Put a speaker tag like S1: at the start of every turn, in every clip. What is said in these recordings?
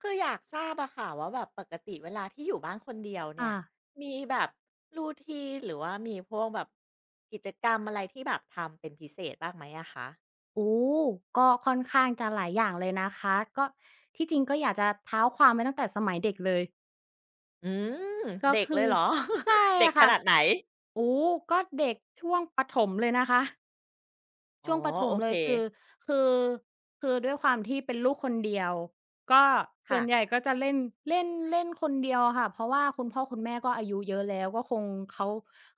S1: คืออยากทราบอะค่ะว่าแบบปกติเวลาที่อยู่บ้านคนเดียวเนี่ย
S2: ค่ะ
S1: มีแบบรูทีนหรือว่ามีพวกแบบกิจกรรมอะไรที่แบบทำเป็นพิเศษบ้างไหมอะคะ
S2: โอ้ก็ค่อนข้างจะหลายอย่างเลยนะคะ ก็ที่จริงก็อยากจะเท้าความไปตั้งแต่สมัยเด็กเลย
S1: อืม
S2: ก็
S1: เด็กเล
S2: คื
S1: ย
S2: อ
S1: เหรอ
S2: ใช่
S1: เด็กข
S2: ค่ะ
S1: นาดไหน
S2: โอ้ก็เด็กช่วงประถมเลยนะคะ
S1: อ๋อ
S2: ช่วงประถม
S1: โอ
S2: เล
S1: เค
S2: ยคือคือด้วยความที่เป็นลูกคนเดียวก็ส่
S1: ค่ะ
S2: วนใหญ่ก็จะเล่นเล่นเล่นคนเดียวอะค่ะเพราะว่าคุณพ่อคุณแม่ก็อายุเยอะแล้วก็คงเขา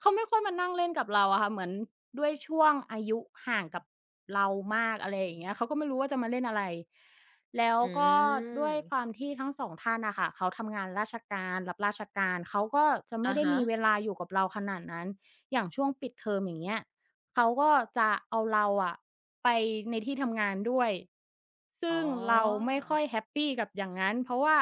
S2: เขาไม่ค่อยมานั่งเล่นกับเราอะค่ะเหมือนด้วยช่วงอายุห่างกับเรามากอะไรอย่างเงี้ยเขาก็ไม่รู้ว่าจะมาเล่นอะไรแล้ว
S1: อื
S2: ก็ด้วยค
S1: ม
S2: วามที่ทั้งสองท่านน่ะค่ะเขาทำงานราชการรับราชการเขาก็จะไม่
S1: อะ
S2: ได้
S1: ฮะ
S2: มีเวลาอยู่กับเราขนาดนั้นอย่างช่วงปิดเทอมอย่างเงี้ย เขาก็จะเอาเราอะไปในที่ทำงานด้วย
S1: อ๋
S2: ซึ่งเรา
S1: อ
S2: ไม่ค่อยแฮปปีกับอย่างนั้นเพราะว่า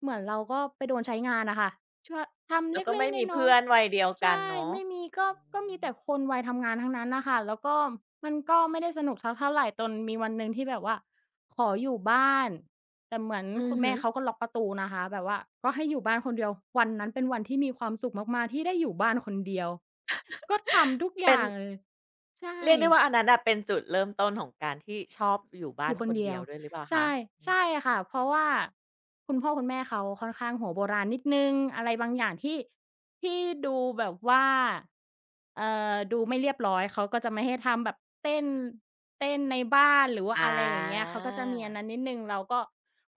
S2: เหมือนเราก็ไปโดนใช้งานอะค่ะช่วยทำ
S1: แล้วก็
S2: เล็ก
S1: ไม่
S2: ๆ
S1: มี
S2: น้อ
S1: เพื่
S2: ย
S1: อนวัยเดียว
S2: ๆ
S1: กัน
S2: ใช่
S1: เนาะ
S2: ไม่มีก็
S1: อื
S2: ก็มี
S1: ม
S2: แต่คนวัยทำงานทั้งนั้นน่ะค่ะแล้วก็มันก็ไม่ได้สนุกสักเท่าไรจนมีวันหนึ่งที่แบบว่าขออยู่บ้านแต่เหมือน
S1: อือ
S2: คุณแม่
S1: ฮึ
S2: เขาก็ล็อกประตูนะคะแบบว่าก็ให้อยู่บ้านคนเดียววันนั้นเป็นวันที่มีความสุขมากๆที่ได้อยู่บ้านคนเดียวก็ทำทุกอ
S1: เป็น
S2: ย่างเลย ใช่
S1: เรียกได้ว่าอันนั้นอ่ะเป็นจุดเริ่มต้นของการที่ชอบอยู่
S2: อ
S1: บ้าน
S2: ยู่ค
S1: ค
S2: น
S1: น
S2: เดี
S1: เดี
S2: ย
S1: ย
S2: ว
S1: วด้วยหรือเปล่าคะ
S2: ใช่
S1: อืม
S2: ใช่ค่ะเพราะว่าคุณพ่อคุณแม่เขาค่อนข้างหัวโบราณนิดหนึ่งอะไรบางอย่างที่ที่ดูแบบว่าดูไม่เรียบร้อยเขาก็จะไม่ให้ทำแบบเต้นเต้นในบ้านหรือว่า
S1: อ
S2: อะไรอย่างเงี้ย
S1: า
S2: เขาก็จะมีอันนั้นนิดหนึ่งเราก็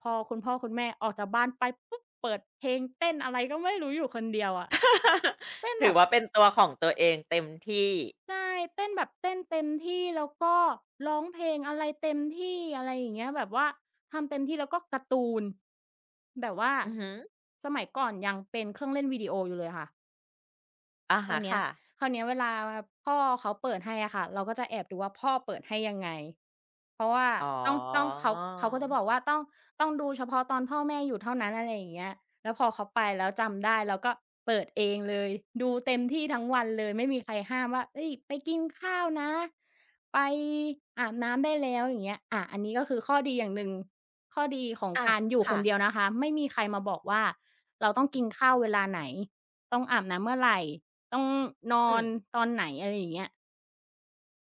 S2: พอคุณพ่อคุณแม่ออกจากบ้านไปปุ๊บเปิดเพลงเต้นอะไรก็ไม่รู้อยู่คนเดียวอะเต้น
S1: ถื
S2: แบ
S1: อ
S2: บ
S1: ว่าเป็นตัวของตัวเองเต็มที่
S2: ใช่เต้นแบบเต้นเต็มที่แล้วก็ร้องเพลงอะไรเต็มที่อะไรอย่างเงี้ยแบบว่าทำเต็มที่แล้วก็การ์ตูนแบบว่า
S1: อือฮึ
S2: สมัยก่อนยังเป็นเครื่องเล่นวิดีโออยู่เลยค่ะ
S1: อา
S2: ครา
S1: ฮะ
S2: วเนี้ย
S1: ค่ะ
S2: คราวเนี้ยเวลาพ่อเขาเปิดให้อะค่ะเราก็จะแอบดูว่าพ่อเปิดให้ยังไงเพราะว่า
S1: อ๋อ
S2: ต้องเขาก็จะบอกว่าต้องดูเฉพาะตอนพ่อแม่อยู่เท่านั้นอะไรอย่างเงี้ยแล้วพอเขาไปแล้วจำได้เราก็เปิดเองเลยดูเต็มที่ทั้งวันเลยไม่มีใครห้ามว่าเฮ้ยไปกินข้าวนะไปอาบน้ำได้แล้วอย่างเงี้ยอันนี้ก็คือข้อดีอย่างหนึ่งข้อดีของ
S1: อะ
S2: การอยู่ค
S1: ค่ะ
S2: นเดียวนะคะไม่มีใครมาบอกว่าเราต้องกินข้าวเวลาไหนต้องอาบน้ำเมื่อไร ต้องนอ
S1: อืม
S2: นตอนไหนอะไรอย่างเงี้ย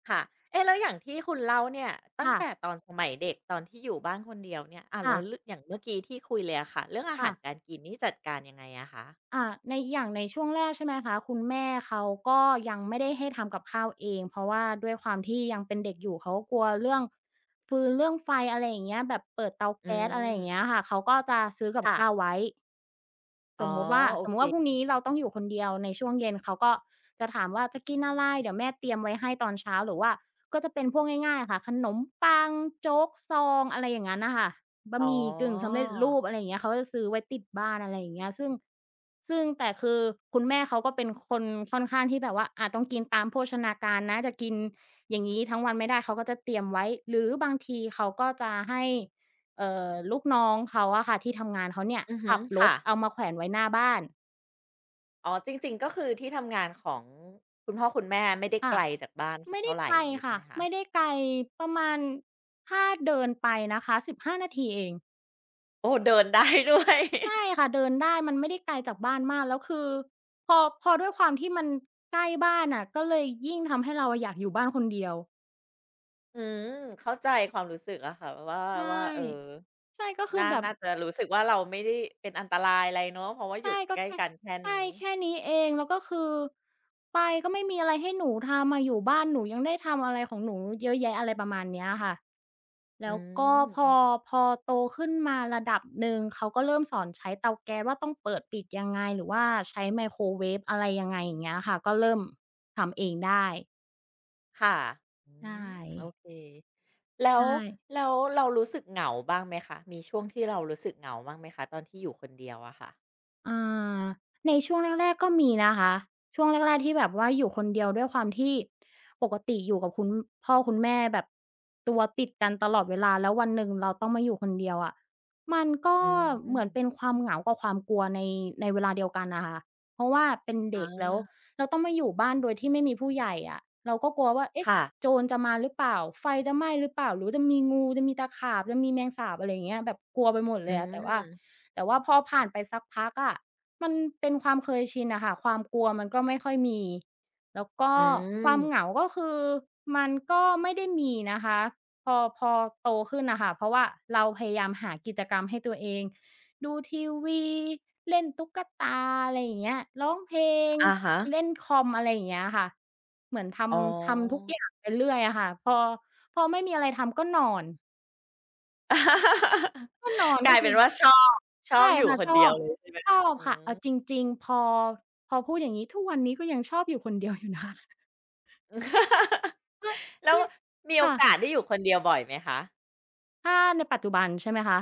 S1: ค่ะเอ๊ะแล้วอย่างที่คุณเล่าเนี่ย ตั้ง
S2: ค่ะ
S1: แต่ตอนสมัยเด็กตอนที่อยู่บ้านคนเดียวเนี่ยแล้
S2: ค่ะ
S1: วลองอย่างเมื่อกี้ที่คุยเลยอะค่ะเรื่องอาหา
S2: ค่ะ
S1: รการกินนี่จัดการยังไงอะคะ
S2: อ่าในอย่างในช่วงแรกใช่ไหมคะคุณแม่เขาก็ยังไม่ได้ให้ทำกับข้าวเองเพราะว่าด้วยความที่ยังเป็นเด็กอยู่เขาก็กลัวเรื่องฟืนเรื่องไฟอะไรอย่างเงี้ยแบบเปิดเตา
S1: อื
S2: แก๊สอะไรอย่างเงี้ย
S1: ม
S2: ค่ะเขาก็จะซื้อกับ
S1: ค่ะ
S2: ข้าวไว้
S1: อ๋
S2: ส
S1: อ
S2: มมุติว่า
S1: โอ
S2: สมมุ
S1: เค
S2: ติว่าพรุ่งนี้เราต้องอยู่คนเดียวในช่วงเย็นเขาก็จะถามว่าจะกินอะไรเดี๋ยวแม่เตรียมไว้ให้ตอนเช้าหรือว่าก็จะเป็นพวกง่ายๆอะค่ะขนมปังโจ๊กซองอะไรอย่างงั้นน่ะค่ะบะ
S1: อ๋อ
S2: หมี่กึ่งสำเร็จรูปอะไรอย่างเงี้ยเขาก็จะซื้อไว้ติดบ้านอะไรอย่างเงี้ยซึ่งแต่คือคุณแม่เขาก็เป็นคนค่อนข้างที่แบบว่าต้องกินตามโภชนาการนะจะกินอย่างงี้ทั้งวันไม่ได้เขาก็จะเตรียมไว้หรือบางทีเขาก็จะให้ ลูกน้องเขาอะค่ะที่ทำงานเขาเนี่ย
S1: อือฮึ
S2: ขับรถ
S1: ค่ะ
S2: เอามาแขวนไว้หน้าบ้าน
S1: อ๋อจริงๆก็คือที่ทำงานของคุณพ่อคุณแม่ไม่ได้ไก
S2: ค่ะ
S1: ลจากบ้านสัก
S2: ไม่ได้
S1: เท่าไร
S2: ไกล
S1: อย่างงี้ใช่
S2: ค่ะ
S1: ไหมคะ
S2: ไม่ได้ไกลประมาณถ้าเดินไปนะคะ15นาทีเอง
S1: โอ้เดินได้ด้วย
S2: ใช่ค่ะเดินได้มันไม่ได้ไกลจากบ้านมากแล้วคือพอพอด้วยความที่มันใกล้บ้านน่ะก็เลยยิ่งทำให้เราอะอยากอยู่บ้านคนเดียว
S1: อืมเข้าใจความรู้สึกอะค่ะว่า
S2: ใช่
S1: ว่า
S2: ใช่ก็คือ
S1: น่า
S2: แบบ
S1: น่าจะรู้สึกว่าเราไม่ได้เป็นอันตรายอะไรเนาะเพราะว่าอยู่
S2: ใช่ก็
S1: ใกล้
S2: แค่
S1: กันแค่
S2: ใช่
S1: นี้
S2: แค่นี้เองแล้วก็คือไปก็ไม่มีอะไรให้หนูทำอะอยู่บ้านหนูยังได้ทำอะไรของหนูเยอะแยะอะไรประมาณเนี้ยค่ะ
S1: อื
S2: แล้วก็
S1: ม
S2: พ
S1: อื
S2: อ
S1: ม
S2: พอโตขึ้นมาระดับหนึ่งเขาก็เริ่มสอนใช้เตาแก๊สว่าต้องเปิดปิดยังไงหรือว่าใช้ไมโครเวฟอะไรยังไงอย่างเงี้ยค่ะก็เริ่มทำเองได้
S1: ๆค่ะอื
S2: ใช่
S1: มโอเคแล้
S2: ใช
S1: ว
S2: ่
S1: แล้วเรารู้สึกเหงาบ้างไหมคะมีช่วงที่เรารู้สึกเหงาบ้างไหมคะตอนที่อยู่คนเดียวอะค่ะ
S2: อ่าในช่วงแรกๆก็มีนะคะช่วงแรกๆที่แบบว่าอยู่คนเดียวด้วยความที่ปกติอยู่กับคุณพ่อคุณแม่แบบตัวติดกันตลอดเวลาแล้ววันหนึ่งเราต้องมาอยู่คนเดียวอะมันก็
S1: อื
S2: เหมือนเป็น
S1: ม
S2: ความเหงากับความกลัวในเวลาเดียวกันน่ะค่ะเพราะว่าเป็นเด็
S1: อา
S2: กแล้วเราต้องมาอยู่บ้านโดยที่ไม่มีผู้ใหญ่อะเราก็กลัวว่าเอ๊ะ
S1: ค่ะ
S2: โจรจะมาหรือเปล่าไฟจะไหม้หรือเปล่าหรือจะมีงูจะมีตะขาบจะมีแมงสาบอะไรอย่างเงี้ยแบบกลัวไปหมด
S1: อื
S2: เลยอะแต่ว่า
S1: ม
S2: พอผ่านไปสักพักอะมันเป็นความเคยชินน่ะค่ะความกลัวมันก็ไม่ค่อยมี แล้วก็
S1: อื
S2: ควา
S1: ม
S2: มเหงาก็คือมันก็ไม่ได้มีนะคะพอโตขึ้นน่ะค่ะเพราะว่าเราพยายามหากิจกรรมให้ตัวเองดูทีวีเล่นตุ๊กตาอะไรอย่างเงี้ยร้องเพลง
S1: อะฮะ
S2: เล่นคอมอะไรอย่างเงี้ยค่ะเหมือนท
S1: อ๋อ
S2: ำทำทุกอย่างไปเรื่อยอะค่ะพอไม่มีอะไรทำก็นอน ก็นอน
S1: กลา
S2: ก็
S1: ย
S2: คื
S1: เป็
S2: อ
S1: นว่าชอบ
S2: ใช่
S1: อยู่
S2: ค่ะ
S1: ค
S2: ช
S1: น
S2: อ
S1: เดียว
S2: บ
S1: เลยใช่ไหม
S2: ชอบ
S1: อื
S2: ค่ะ
S1: ม
S2: เอาจริงๆพอพูดอย่างงี้ทุกวันนี้ก็ยังชอบอยู่คนเดียวอยู่นะ คะ ถ้า
S1: แล้ว
S2: เนี่ย
S1: มีโอ
S2: ค่ะ
S1: กาสได้อยู่คนเดียวบ่อยไหมคะ
S2: ถ้าในปัจจุบันใช่ไหมคะ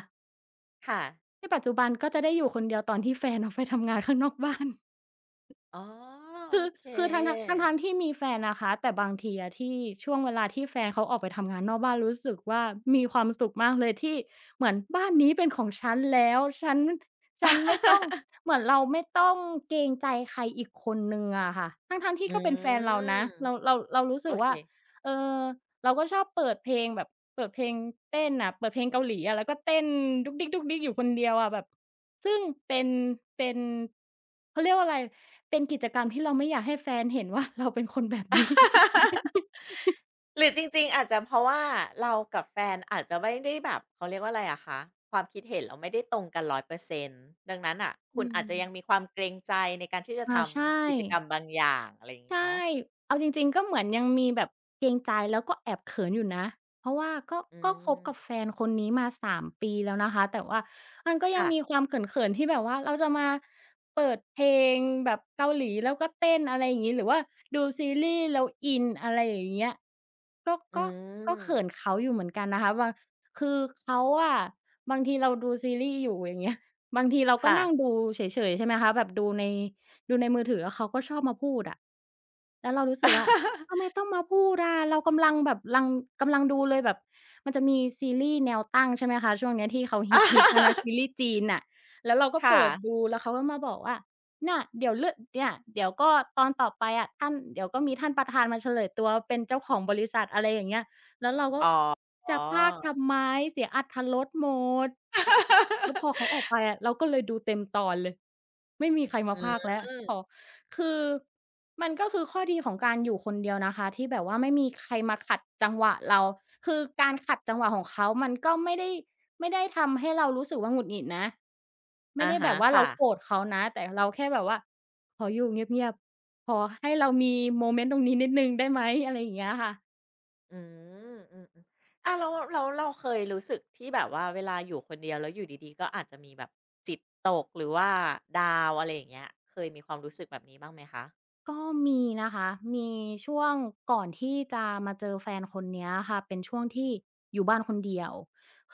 S1: ค่ะ
S2: ในปัจจุบันก็จะได้อยู่คนเดียวตอนที่แฟน ออกไปทำงานข้างนอกบ้าน
S1: อ๋อโอ
S2: คือ
S1: เค
S2: ทั้งๆทั้งๆที่มีแฟนนะคะแต่บางทีอะที่ช่วงเวลาที่แฟนเขาออกไปทำงานนอกบ้านรู้สึกว่ามีความสุขมากเลยที่เหมือนบ้านนี้เป็นของฉันแล้วฉันไม่ ต้องเหมือนเราไม่ต้องเกรงใจใครอีกคนหนึ่งอะค่ะทั้งๆที่
S1: อื
S2: ก็เป็นแฟนเรานะ
S1: ม
S2: เรารู้
S1: โอ
S2: สึก
S1: เค
S2: ว่าเออเราก็ชอบเปิดเพลงแบบเปิดเพลงเต้นอะเปิดเพลงเกาหลีอะแล้วก็เต้นดุ๊กดิ๊กๆอยู่คนเดียวอะแบบซึ่งเป็นเป็นเขาเรียกว่าอะไร เป็นกิจกรรมที่เราไม่อยากให้แฟนเห็นว่าเราเป็นคนแบบนี้
S1: หรือจริงๆอาจจะเพราะว่าเรากับแฟนอาจจะไม่ได้แบบเขาเรียกว่าอะไรอะคะความคิดเห็นเราไม่ได้ตรงกัน100%ดังนั้นน่ะคุ
S2: อื
S1: ณอา
S2: ม
S1: จจะยังมีความเกรงใจในการที่จะท
S2: อาใช่
S1: ำกิจกรรมบางอย่างอะไรอย่างงี้
S2: ใช่
S1: เนาะ
S2: เอาจริงๆก็เหมือนยังมีแบบเกรงใจแล้วก็แอบเขินอยู่นะ เพราะว่าก็
S1: อื
S2: ก็คบกับแฟ
S1: ม
S2: นคนนี้มาสามปีแล้วนะคะแต่ว่ามันก็ยัง
S1: ค่ะ
S2: มีความเขินๆที่แบบว่าเราจะมาเปิดเพลงแบบเกาหลีแล้วก็เต้นอะไรอย่างงี้หรือว่าดูซีรีส์แล้วอินอะไรอย่างเงี้ยก็
S1: อื
S2: ก็ก็เขิน
S1: ม
S2: เขาอยู่เหมือนกันนะคะบางคือเขาอะบางทีเราดูซีรีส์อยู่อย่างเงี้ยบางทีเราก็
S1: ค่ะ
S2: นั่งดูเฉยๆใช่ไหมคะแบบดูในมือถือแล้วเขาก็ชอบมาพูดอะแล้วเรารู้สึกว่า ทำไมต้องมาพูดอะเรากำลังแบบกำลังดูเลยแบบมันจะมีซีรีส์แนวตั้งใช่ไหมคะช่วงเนี้ยที่เขาฮิตๆกันนะซี รีส์จีนน่ะแล้วเราก็
S1: ค่ะ
S2: เปิดดูแล้วเขาก็มาบอกว่าเนี่ยเดี๋ยวเลือกเนี่ยเดี๋ยวก็ตอนต่อไปอะท่านเดี๋ยวก็มีท่านประธานมาเฉลยตัว เป็นเจ้าของบริษัทอะไรอย่างเงี้ยแล้วเราก็
S1: อ๋อ อ๋อ
S2: จะพากย์ทำไมเสียอรรถรสหมด แล้วพอเขาออกไปอะเราก็เลยดูเต็มตอนเลยไม่มีใคร
S1: อื
S2: มาพากย์
S1: ม
S2: แล้วขอคือมันก็คือข้อดีของการอยู่คนเดียวนะคะที่แบบว่าไม่มีใครมาขัดจังหวะเราคือการขัดจังหวะของเขามันก็ไม่ได้ทำให้เรารู้สึกว่าหงุดหงิดนะไม่
S1: อะ
S2: ได้แบ
S1: ฮะ
S2: บว่าเรา
S1: ค่ะ
S2: โกรธเขานะแต่เราแค่แบบว่าขออยู่เงียบๆขอให้เรามีโมเมนต์ตรงนี้นิดหนึ่งได้ไหมอะไรอย่างเงี้ยค่ะ
S1: อืมอืมอืมอ่ะเราเคยรู้สึกที่แบบว่าเวลาอยู่คนเดียวแล้วอยู่ดีๆก็อาจจะมีแบบจิตตกหรือว่าดาวอะไรอย่างเงี้ยเคยมีความรู้สึกแบบนี้บ้างไหมคะ
S2: ก็มีนะคะมีช่วงก่อนที่จะมาเจอแฟนคนเนี้ยค่ะเป็นช่วงที่อยู่บ้านคนเดียว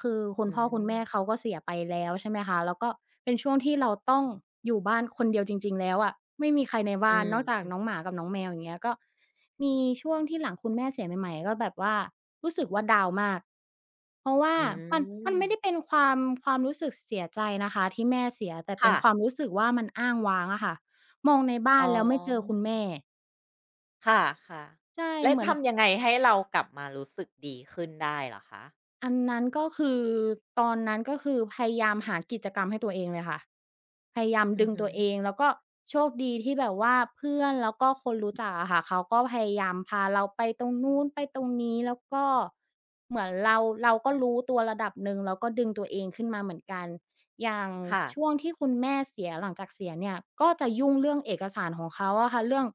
S2: คือคุณ
S1: อื
S2: พ่อคุณแม่เขา
S1: ม
S2: ก็เสียไปแล้วใช่ไหมคะแล้วก็เป็นช่วงที่เราต้องอยู่บ้านคนเดียวจริงๆแล้วอะไม่มีใครในบ้า
S1: อื
S2: นนอกจาก
S1: ม
S2: น้องหมากับน้องแมวอย่างเงี้ยก็มีช่วงที่หลังคุณแม่เสียใหม่ๆก็แบบว่ารู้สึกว่าดาวน์มาก เพราะว่า
S1: อื
S2: มันไม่ได้เป็
S1: ม
S2: นความรู้สึกเสียใจนะคะที่แม่เสียแต่เป็น
S1: ค่ะ
S2: ความรู้สึกว่ามันอ้างว้างอะค่ะ มองในบ้า
S1: อ๋
S2: น
S1: อ
S2: แล้วไม่เจอคุณแม่
S1: ค่ะค่ะ
S2: ใช่
S1: แล้ว
S2: เหมือน
S1: ทำยังไงให้เรากลับมารู้สึกดีขึ้นได้เหรอคะ
S2: อันนั้นก็คือตอนนั้นก็คือพยายามหากิจกรรมให้ตัวเองเลยค่ะพยายาม
S1: อื
S2: ดึ
S1: อ
S2: ง
S1: หื
S2: ตั
S1: อ
S2: วเองแล้วก็โชคดีที่แบบว่าเพื่อนแล้วก็คนรู้จักอะค่ะเขาก็พยายามพาเราไปตรงนู้นไปตรงนี้แล้วก็เหมือนเราเราก็รู้ตัวระดับหนึ่งแล้วก็ดึงตัวเองขึ้นมาเหมือนกันอย่าง
S1: ค่ะ
S2: ช่วงที่คุณแม่เสียหลังจากเสียเนี่ยก็จะยุ่งเรื่องเอกสารของเขาอะค่ะเรื่อง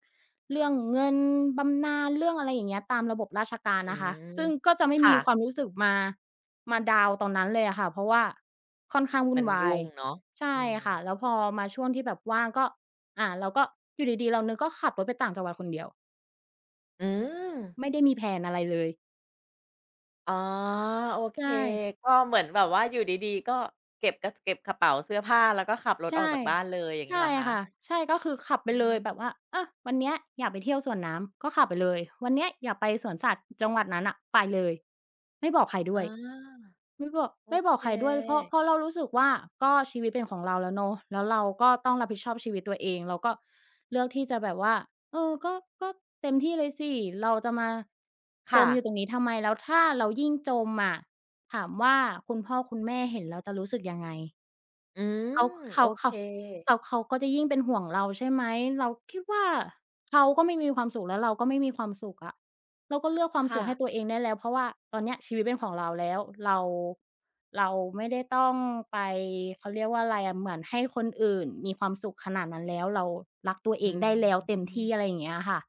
S2: เรื่องเงินบำนาญเรื่องอะไรอย่างเงี้ยตามระบบราชการ
S1: อื
S2: นะคะ
S1: ม
S2: ซึ่งก็จะไม่มี
S1: ค่ะ
S2: ความรู้สึกมาดาวน์ตอนนั้นเลยอะค่ะเพราะว่าค่อนข้างวุ่
S1: มั
S2: น
S1: น
S2: วาย
S1: ยุ่งเนาะ
S2: ใช่
S1: อืม
S2: ค่ะแล้วพอมาช่วงที่แบบว่างก็เราก็อยู่ดีๆเรานึกก็ขับรถไปต่างจังหวัดคนเดียว
S1: อืม
S2: ไม่ได้มีแพลนอะไรเลย
S1: อ๋อโอเค
S2: ใช่
S1: ก็เหมือนแบบว่าอยู่ดีๆก็เก็บกระเก็บกระเป๋าเสื้อผ้าแล้วก็ขับรถออก
S2: ใช่
S1: จากบ้านเลยอย่างงี้
S2: ใช่
S1: เหรอคะ
S2: ค่ะใช่ก็คือขับไป
S1: อื
S2: เลยแบบว่า
S1: ม
S2: วันเนี้ยอยากไปเที่ยวสวนน้ำก็ขับไปเลยวันเนี้ยอยากไปสวนสัตว์จังหวัดนั้นน่ะไปเลยไม่บอกใครด้ว
S1: อา
S2: ย ไม่บอก
S1: โอ
S2: ไม่บอ
S1: เ
S2: กใครด้วยเพราะ
S1: ค
S2: เพราะเรารู้สึกว่าก็ชีวิตเป็นของเราแล้วเนาะแล้วเราก็ต้องรับผิดชอบชีวิตตัวเองเราก็เลือกที่จะแบบว่าก็ก็เต็มที่เลยสิเราจะมาจ
S1: ค่ะ
S2: มอยู่ตรงนี้ทำไมแล้วถ้าเรายิ่งจมอะถามว่าคุณพ่อคุณแม่เห็นแล้วจะรู้สึกยังไง
S1: อืม
S2: เขา
S1: โอ
S2: เขา
S1: เค
S2: เขาแต่เขาก็จะยิ่งเป็นห่วงเราใช่ไหมเราคิดว่าเขาก็ไม่มีความสุขแล้วเราก็ไม่มีความสุขอะเราก็เลือกความสุ
S1: ค่ะ
S2: ขให้ตัวเองได้แล้วเพราะว่าตอนเนี้ยชีวิตเป็นของเราแล้วเราเราไม่ได้ต้องไปเขาเรียกว่าอะไรอะเหมือนให้คนอื่นมีความสุขขนาดนั้นแล้วเรารักตัวเอ
S1: อื
S2: งได้แล้ว
S1: ม
S2: เต็มที่อะไรอย่างเงี้ยค่ะ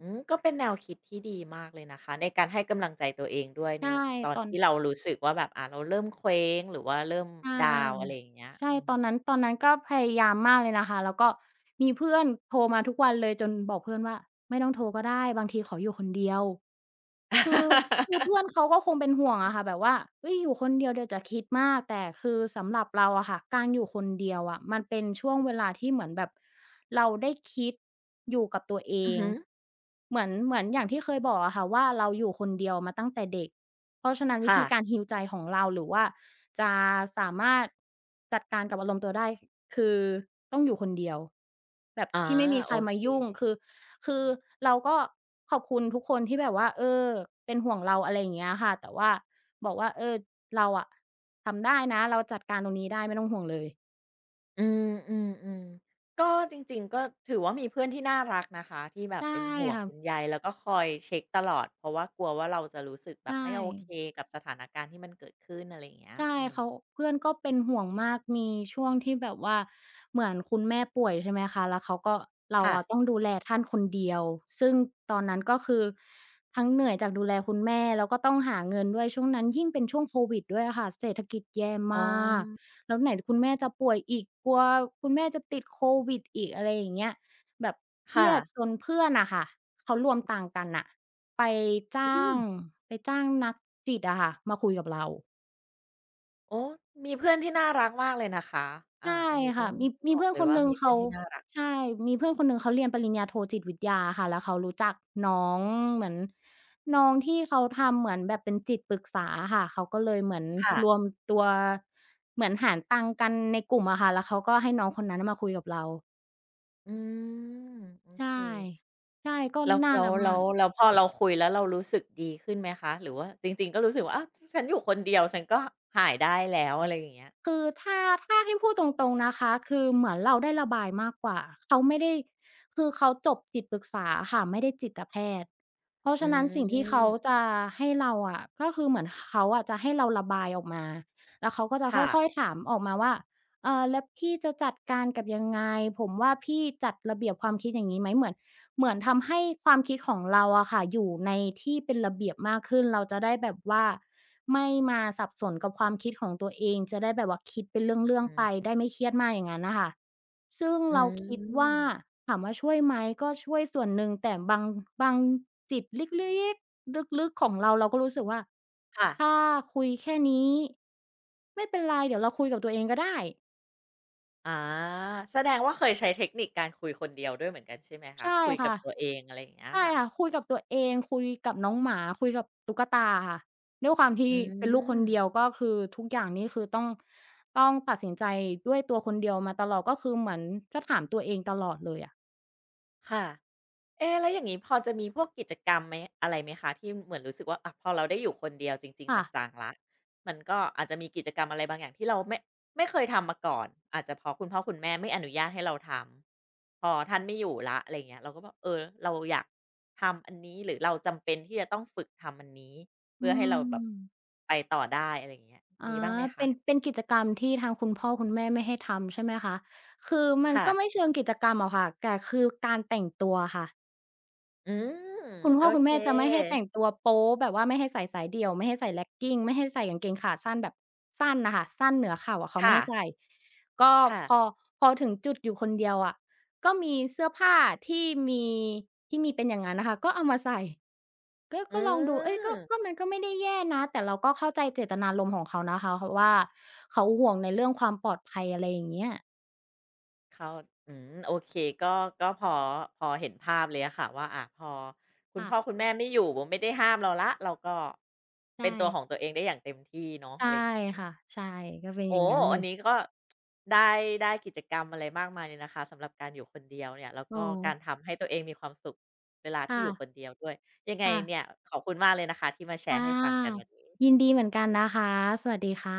S1: อืมก็เป็นแนวคิดที่ดีมากเลยนะคะในการให้กำลังใจตัวเองด้วยใน
S2: ใช่
S1: ตอน
S2: ตอน
S1: ที่เรารู้สึกว่าแบบอ่าเราเริ่มเคว้งหรือว่าเริ่ม
S2: ใช่
S1: ดาวน์อะไรอย่างเงี้ย
S2: ใช่
S1: อืม
S2: ตอนนั้นตอนนั้นก็พยายามมากเลยนะคะแล้วก็มีเพื่อนโทรมาทุกวันเลยจนบอกเพื่อนว่าไม่ต้องโทรก็ได้บางทีขออยู่คนเดียวคือคือเพื่อน เขาก็คงเป็นห่วงอะค่ะแบบว่าเฮ้ยอยู่คนเดียวเดี๋ยวจะคิดมากแต่คือสำหรับเราอะค่ะการอยู่คนเดียวอะมันเป็นช่วงเวลาที่เหมือนแบบเราได้คิดอยู่กับตัวเอ
S1: อือ
S2: ง
S1: ฮึ
S2: เหมือนอย่างที่เคยบอกอะค่ะว่าเราอยู่คนเดียวมาตั้งแต่เด็ก เพราะฉะนั้นวิ
S1: ค่ะ
S2: ธีการ heal ใจของเราหรือว่าจะสามารถจัดการกับอารมณ์ตัวได้คือต้องอยู่คนเดียวแบบ
S1: อ๋อ
S2: ที่ไม่มีใค
S1: โอ
S2: รมา
S1: เค
S2: ยุ่งคือเราก็ขอบคุณทุกคนที่แบบว่าเป็นห่วงเราอะไรอย่างเงี้ยค่ะแต่ว่าบอกว่าเราอะทำได้นะเราจัดการตรงนี้ได้ไม่ต้องห่วงเลย
S1: อืมอืมอืมก็จริงๆก็ถือว่ามีเพื่อนที่น่ารักนะคะที่แบบ
S2: ใช่
S1: เป็นห่วง
S2: ค่ะ
S1: เป็นใยแล้วก็คอยเช็คตลอดเพราะว่ากลัวว่าเราจะรู้สึกแบบ
S2: ใช่
S1: ไม่โอเคกับสถานการณ์ที่มันเกิดขึ้นอะไรอย่างเงี้ย
S2: ใช่
S1: อืม
S2: เขาเพื่อนก็เป็นห่วงมากมีช่วงที่แบบว่าเหมือนคุณแม่ป่วยใช่ไหมคะแล้วเขาก็เรา
S1: ค่ะ
S2: อะต้องดูแลท่านคนเดียวซึ่งตอนนั้นก็คือทั้งเหนื่อยจากดูแลคุณแม่แล้วก็ต้องหาเงินด้วยช่วงนั้นยิ่งเป็นช่วงโควิดด้วยอะค่ะเศรษฐกิจแย่
S1: อ๋อ
S2: มากแล้วไหนคุณแม่จะป่วยอีกกลัวคุณแม่จะติดโควิดอีกอะไรอย่างเงี้ยแบบเครี
S1: ค่ะ
S2: ยดจนเพื่อนน่ะค่ะเขารวมตังค์กันน่ะไปจ้า
S1: อืม
S2: งไปจ้างนักจิตอะค่ะมาคุยกับเรา
S1: โอ้มีเพื่อนที่น่ารักมากเลยนะคะอ่า
S2: ใช่
S1: อันนี้ต้อ
S2: ค่ะ
S1: ง
S2: มีมี
S1: บอก
S2: เพื่อน
S1: เลย
S2: คน
S1: ว่า
S2: หนึ่ง
S1: มีเพื่อ
S2: เขา
S1: นที่น่ารัก
S2: ใช่มีเพื่อนคนหนึ่งเขาเรียนปริญญาโทจิตวิทยาค่ะแล้วเขารู้จักน้องเหมือนน้องที่เขาทำเหมือนแบบเป็นจิตปรึกษาอะค่ะเขาก็เลยเหมือนรว
S1: ค่ะ
S2: มตัวเหมือนหารตังค์กันในกลุ่มอะค่ะแล้วเขาก็ให้น้องคนนั้นมาคุยกับเรา
S1: อืมโอ
S2: ใช่
S1: เค
S2: ใช่ก็
S1: แล้ว
S2: น่ารักมาก
S1: พอเราคุยแล้วเรารู้สึกดีขึ้นไหมคะหรือว่าจริงๆก็รู้สึกว่าอ้าวฉันอยู่คนเดียวฉันก็หายได้แล้วอะไรอย่างเงี้ย
S2: คือถ้าให้พูดตรงๆนะคะคือเหมือนเราได้ระบายมากกว่าเขาไม่ได้คือเขาจบจิตปรึกษาค่ะไม่ได้จิตแพทย์เพราะ
S1: อื
S2: ฉะนั้นสิ่งที่เขา
S1: ม
S2: จะให้เราอะก็คือเหมือนเขาอะจะให้เราระบายออกมาแล้วเขาก็จะค่
S1: ค่ะ
S2: อยๆถามออกมาว่าแล้วพี่จะจัดการกับยังไงผมว่าพี่จัดระเบียบความคิดอย่างงี้ไหมเหมือนทำให้ความคิดของเราอะค่ะอยู่ในที่เป็นระเบียบมากขึ้นเราจะได้แบบว่า ไม่มาสับสนกับความคิดของตัวเองจะได้แบบว่าคิดเป็นเรื่อง
S1: อื
S2: ๆไป
S1: ม
S2: ได้ไม่เครียดมากอย่างงั้นน่ะค่ะซึ่ง
S1: อื
S2: เราคิดว่า
S1: ม
S2: ถามว่าช่วยไหมก็ช่วยส่วนหนึ่งแต่บางจิตเล็กๆลึกๆของเราเราก็รู้สึกว่า
S1: ค่ะ
S2: ถ้าคุยแค่นี้ไม่เป็นไรเดี๋ยวเราคุยกับตัวเองก็ได้
S1: อาแสดงว่าเคยใช้เทคนิคการคุยคนเดียวด้วยเหมือนกันใช่ไหมคะ
S2: ใช่
S1: คุยกับ
S2: ค่ะ
S1: ตัวเองอะไรอย่างเงี้ย
S2: ใช่
S1: ค่ะ
S2: ค่ะคุยกับตัวเองคุยกับน้องหมาคุยกับตุ๊กตาค่ะด้วยความ
S1: อื
S2: ที่เป็นลูกคน
S1: ม
S2: เดียวก็คือทุกอย่างนี่คือต้องตัดสินใจด้วยตัวคนเดียวมาตลอดก็คือเหมือนจะถามตัวเองตลอดเลยอะ
S1: ค่ะ เอ๊ะแล้วอย่างงี้พอจะมีพวกกิจกรรมไหมอะไรไหมคะที่เหมือนรู้สึกว่าอะพอเราได้อยู่คนเดียวจริง
S2: ค่ะ
S1: ๆจังๆแล้วมันก็อาจจะมีกิจกรรมอะไรบางอย่างที่เราไม่ไม่เคยทำมาก่อนอาจจะเพราะคุณพ่อคุณแม่ไม่อนุญาตให้เราทำพอท่านไม่อยู่แล้วอะไรอย่างเงี้ยเราก็แบบเออเราอยากทำอันนี้หรือเราจำเป็นที่จะต้องฝึกทำอันนี้
S2: อื
S1: เพื่อให้เราแบบ
S2: ม
S1: ไปต่อได้อะไรอย่างเงี้ย
S2: อ๋อ
S1: มีบ้างไหมคะ
S2: เป็นกิจกรรมที่ทางคุณพ่อคุณแม่ไม่ให้ทำใช่ไหมคะคือมัน
S1: ค่ะ
S2: ก็ไม่เชิงกิจกรรมหรอกค่ะแต่คือการแต่งตัวค่ะ
S1: อืม
S2: คุณ
S1: โอ
S2: พ่อคุณ
S1: เค
S2: แม่จะไม่ให้แต่งตัวโป๊แบบว่าไม่ให้ใส่สายเดี่ยวไม่ให้ใส่ legging ไม่ให้ใส่กางเกงขาสั้นแบบสั้นน่ะค่ะสั้นเหนือเข่าอะเขาไม่
S1: ค่ะ
S2: ให้ใส่ก็
S1: ค่ะ
S2: พอพอถึงจุดอยู่คนเดียวอะก็มีเสื้อผ้าที่มีที่มีเป็นอย่างงั้นน่ะค่ะก็เอามาใส่ก็
S1: อื
S2: ก็ลองดูเอ๊ยก็
S1: ม
S2: มันก็ไม่ได้แย่นะแต่เราก็เข้าใจเจตนารมณ์ของเขานะคะเพราะว่าเขาห่วงในเรื่องความปลอดภัยอะไรอย่างเงี้ย
S1: เข้าอืมโอเคก็พอเห็นภาพเลยอะค่ะว่าอาพอคุณพ่อ
S2: ค่ะ
S1: คุณแม่ไม่อยู่ไม่ได้ห้ามเราแล้วเราก็เป็
S2: ใช่
S1: นตัวของตัวเองได้อย่างเต็มที่เนาะ
S2: ใช่
S1: อะไรอย่างงี้
S2: ค่ะใช่ก็เป็นอ
S1: โอ้
S2: ย่างงั้นเล
S1: อัน
S2: ย
S1: นี้ก็ได้กิจกรรมอะไรมากมายเลยนะคะสำหรับการอยู่คนเดียวเนี่ยแล้ว
S2: เอ
S1: ก็การ
S2: อ
S1: ทำให้ตัวเองมีความสุขเวลาที่
S2: ค่ะ
S1: อยู่คนเดียวด้วยยังไง
S2: ค่ะ
S1: เนี่ยขอบคุณมากเลยนะคะที่มาแช
S2: ค่
S1: ร์ให้ฟังกันวัน
S2: ะ
S1: นี้
S2: ยินดีเหมือนกันนะคะสวัสดีค่ะ